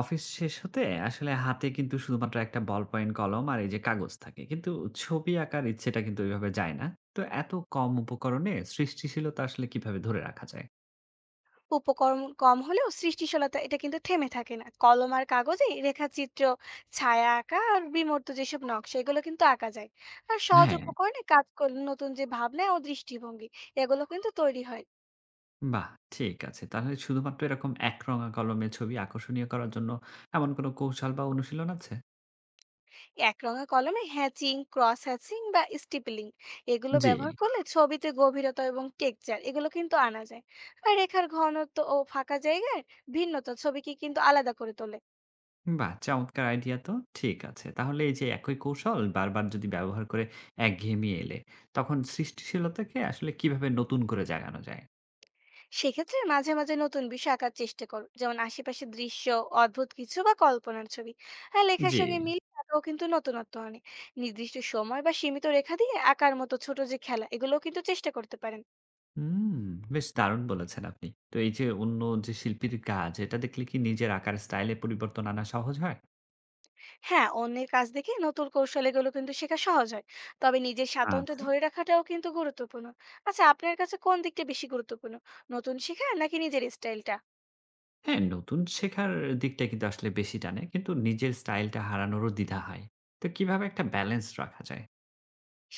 Office শেষ হতে আসলে হাতে কিন্তু শুধুমাত্র একটা বল পয়েন্ট কলম আর এই যে কাগজ থাকে, কিন্তু ছবি আঁকার ইচ্ছেটা কিন্তু ওইভাবে যায় না। তো এত কম উপকরণে সৃষ্টিশীলতা আসলে কিভাবে ধরে রাখা যায়? উপকরণ কম হলেও সৃষ্টিশীলতা এটা কিন্তু থেমে থাকে না। কলম আর কাগজে রেখাচিত্র, ছায়া আঁকা আর বিমূর্ত যেসব নকশা এগুলো কিন্তু আঁকা যায়। আর সহজ হ্যাঁ, উপকরণে কাজ করলে নতুন যে ভাবনা ও দৃষ্টিভঙ্গি এগুলো কিন্তু তৈরি হয়। বাহ, ঠিক আছে। তাহলে শুধুমাত্র এরকম একরঙা কলমে ছবি আকর্ষণীয় করার জন্য এমন কোনো কৌশল বা অনুশীলন আছে? একরঙা কলমে হ্যাচিং, ক্রস হ্যাচিং বা স্টিপলিং এগুলো জি, ব্যবহার করলে ছবিতে গভীরতা এবং টেকচার এগুলো কিন্তু আনা যায়। আর রেখার ঘনত্ব ও ফাঁকা জায়গার ভিন্নতা ছবিকে কিন্তু আলাদা করে তোলে। বাহ, চমৎকার আইডিয়া তো। ঠিক আছে, তাহলে এই যে একই কৌশল বারবার যদি ব্যবহার করে একঘেয়েমি এলে, তখন সৃষ্টিশীলতাকে আসলে কিভাবে নতুন করে জাগানো যায়? সেক্ষেত্রে মাঝে মাঝে নতুন বিষয় আঁকার চেষ্টা করো, যেমন আশেপাশের দৃশ্য, অদ্ভুত কিছু বা কল্পনার ছবি। আর লেখার জি। সঙ্গে মিল আঁকাও কিন্তু নতুনত্ব আনে। নির্দিষ্ট সময় বা সীমিত রেখা দিয়ে আঁকার মতো ছোট যে খেলা, এগুলোও কিন্তু চেষ্টা করতে পারেন। হুম, বেশ দারুণ বলেছেন আপনি। তো এই যে অন্য যে শিল্পীর কাজ, এটা দেখলে কি নিজের আঁকার স্টাইলে পরিবর্তন আনা সহজ হয়? হ্যাঁ, অন্যের কাজ দেখে নতুন কৌশল এগুলো কিন্তু শেখা সহজ হয়। তবে নিজের স্বাতন্ত্র্য আচ্ছা। ধরে রাখাটাও কিন্তু গুরুত্বপূর্ণ। আচ্ছা, আপনার কাছে কোন দিকটা বেশি গুরুত্বপূর্ণ, নতুন শেখা নাকি নিজের স্টাইলটা? হ্যাঁ, নতুন শেখার দিকটা কিন্তু আসলে বেশি টানে। কিন্তু নিজের স্টাইলটা হারানোরও দ্বিধা হয়। তো কিভাবে একটা ব্যালেন্স রাখা যায়?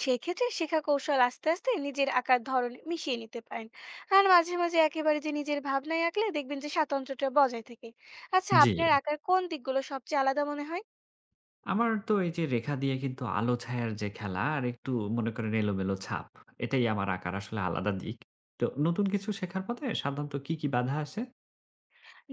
সেক্ষেত্রে শেখা কৌশল আস্তে আস্তে নিজের আঁকার ধরন মিশিয়ে নিতে পারেন। আর মাঝে মাঝে একেবারে যে নিজের ভাবনায় আঁকলে দেখবেন যে স্বাতন্ত্র্যটা বজায় থাকে। আচ্ছা, জি। আপনার আঁকার কোন দিকগুলো সবচেয়ে আলাদা মনে হয়? আমার তো এই যে রেখা দিয়ে কিন্তু আলো ছায়ার যে খেলা আর একটু মনে করেন এলোমেলো ছাপ, এটাই আমার আঁকার আসলে আলাদা দিক। তো নতুন কিছু শেখার পথে সাধারণত কি, কি বাধা আসে?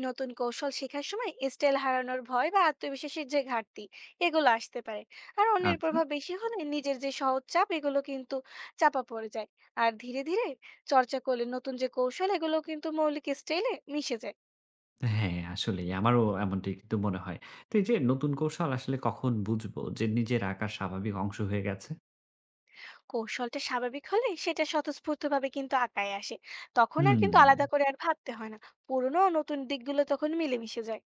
নতুন কৌশল শেখার সময় স্টাইল হারানোর ভয় বা আত্মবিশ্বাসের যে ঘাটতি, এগুলো আসতে পারে। আর অন্যের আচ্ছা। প্রভাব বেশি হলে নিজের যে সহজ চাপ এগুলো কিন্তু চাপা পড়ে যায়। আর ধীরে ধীরে চর্চা করলে নতুন যে কৌশল এগুলো কিন্তু মৌলিক স্টাইলে মিশে যায়। হ্যাঁ, আসলেই আমারও এমনটাই কিন্তু মনে হয়। তো এই যে নতুন কৌশল আসলে কখন বুঝবো যে নিজের আঁকার স্বাভাবিক অংশ হয়ে গেছে? কৌশলটা স্বাভাবিক হলে সেটা স্বতঃস্ফূর্তভাবে কিন্তু আঁকায় আসে। তখন আর হুম। কিন্তু আলাদা করে আর ভাবতে হয় না। পুরনো ও নতুন দিকগুলো তখন মিলেমিশে যায়।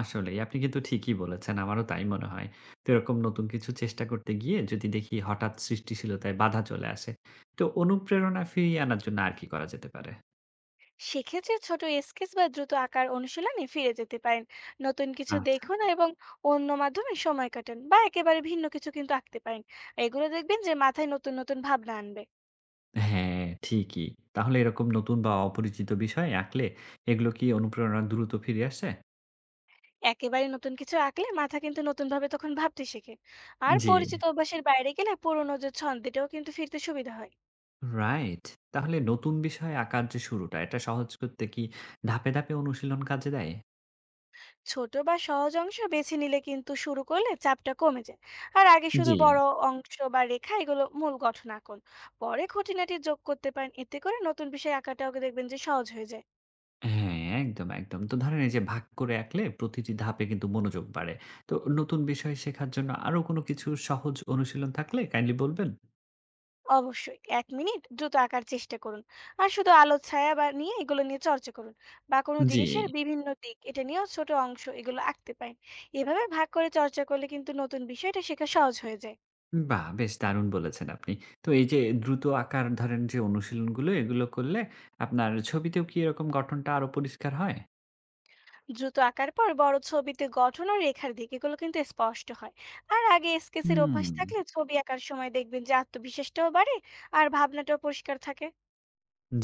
আসলেই আপনি কিন্তু ঠিকই বলেছেন। আমারও তাই মনে হয়। তো এরকম নতুন কিছু চেষ্টা করতে গিয়ে যদি দেখি হঠাৎ সৃষ্টিশীলতায় বাধা চলে আসে, তো অনুপ্রেরণা ফিরিয়ে আনার জন্য আর কি করা যেতে পারে? সেক্ষেত্রে ছোট স্কেচ বা দ্রুত আঁকার অনুশীলনে ফিরে যেতে পারেন। নতুন কিছু আচ্ছা। দেখুন এবং অন্য মাধ্যমে সময় কাটান, বা একেবারে ভিন্ন কিছু কিন্তু আঁকতে পারেন। এগুলো দেখবেন যে মাথায় নতুন নতুন ভাবনা আনবে। হ্যাঁ, ঠিকই। তাহলে এরকম নতুন বা অপরিচিত বিষয় আঁকলে এগুলো কি অনুপ্রেরণা দ্রুত ফিরে আসে? একেবারে নতুন কিছু আঁকলে মাথা কিন্তু নতুন ভাবে তখন ভাবতে শেখে। আর জি। পরিচিত অভ্যাসের বাইরে গেলে পুরোনো যে ছন্দ এটাও কিন্তু ফিরতে সুবিধা হয়। রাইট। তাহলে নতুন বিষয় আঁকার যে শুরুটা, এটা সহজ করতে কি ধাপে, ধাপে অনুশীলন কাজে দেয়? ছোট বা সহজ অংশ বেছে নিলে কিন্তু শুরু করলে চাপটা কমে যায়। আর আগে শুধু জি। বড় অংশ বা রেখা এগুলো মূল গঠন আঁকুন। পরে খুঁটিনাটি যোগ করতে পারেন, এতে করে নতুন বিষয় আঁকাটাও দেখবেন যে সহজ হয়ে যায়। হ্যাঁ, একদম, একদম। তো ধরেন এই যে ভাগ করে আঁকলে প্রতিটি ধাপে কিন্তু মনোযোগ বাড়ে। তো নতুন বিষয় শেখার জন্য আরো কোনো কিছু সহজ অনুশীলন থাকলে kindly বলবেন? অবশ্যই, 1 মিনিট দ্রুত আঁকার চেষ্টা করুন। আর শুধু আলো ছায়া বা নিয়ে এগুলো নিয়ে চর্চা করুন, বা কোনো জি। জিনিসের বিভিন্ন দিক এটা নিয়েও ছোট অংশ এগুলো আঁকতে পারেন। এভাবে ভাগ করে চর্চা করলে কিন্তু নতুন বিষয়টা শেখা সহজ হয়ে যায়। বাহ! বেশ দারুণ বলেছেন আপনি। তো এই যে দ্রুত আঁকার ধরেন যে অনুশীলনগুলো, এগুলো করলে আপনার ছবিতেও কি এরকম গঠনটা আরো পরিষ্কার হয়? দ্রুত আঁকার পর বড় ছবিতে গঠন ও রেখার দিক এগুলো কিন্তু স্পষ্ট হয়। আর আগে স্কেচের অভ্যাস হুম। থাকলে ছবি আঁকার সময় দেখবেন যে আত্মবিশ্বাসটাও বাড়ে, আর ভাবনাটাও পরিষ্কার থাকে।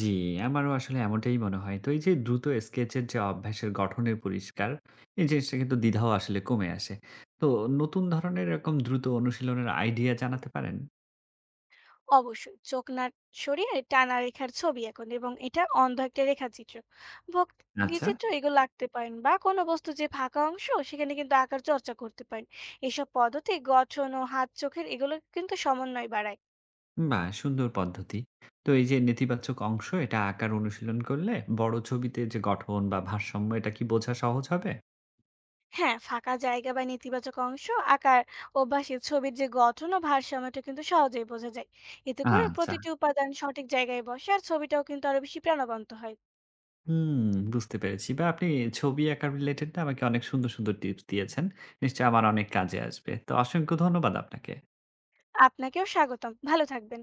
জি, আমারও আসলে এমনটাই মনে হয়। তো এই যে দ্রুত স্কেচের যে অভ্যাসের গঠনের পরিষ্কার, এই জিনিসটা কিন্তু দ্বিধাও আসলে কমে আসে। তো নতুন ধরনের এরকম দ্রুত অনুশীলনের আইডিয়া জানাতে পারেন? অবশ্যই, চোখ না সরিয়ে টানা রেখার ছবি আঁকুন, এবং এটা অন্ধ একটা রেখাচিত্র। আচ্ছা। ভঙ্গিচিত্র এগুলো আঁকতে পারেন, বা কোনো বস্তু যে ফাঁকা অংশ সেখানে কিন্তু আঁকার চর্চা করতে পারেন। এসব পদ্ধতি গঠন ও হাত চোখের এগুলো কিন্তু সমন্বয় বাড়ায়। বাহ! সুন্দর পদ্ধতি। তো এই যে নেতিবাচক অংশ এটা আঁকার অনুশীলন করলে বড় ছবিতে যে গঠন বা ভারসাম্য এটা কি বোঝা সহজ হবে? হ্যাঁ, ফাঁকা জায়গা বা নেতিবাচক অংশ আকার অভ্যাসে ছবির যে গঠন ও ভারসাম্যটা কিন্তু সহজেই বোঝা যায়। এতে করে আচ্ছা। প্রতিটি উপাদান সঠিক জায়গায় বসে আর ছবিটাও কিন্তু আরো বেশি প্রাণবন্ত হয়। হুম, বুঝতে পেরেছি। বা আপনি ছবি আঁকা রিলেটেড না আমাকে অনেক সুন্দর, সুন্দর টিপস দিয়েছেন। নিশ্চয়ই আমার অনেক কাজে আসবে। তো অসংখ্য ধন্যবাদ আপনাকে। আপনাকেও স্বাগতম, ভালো থাকবেন।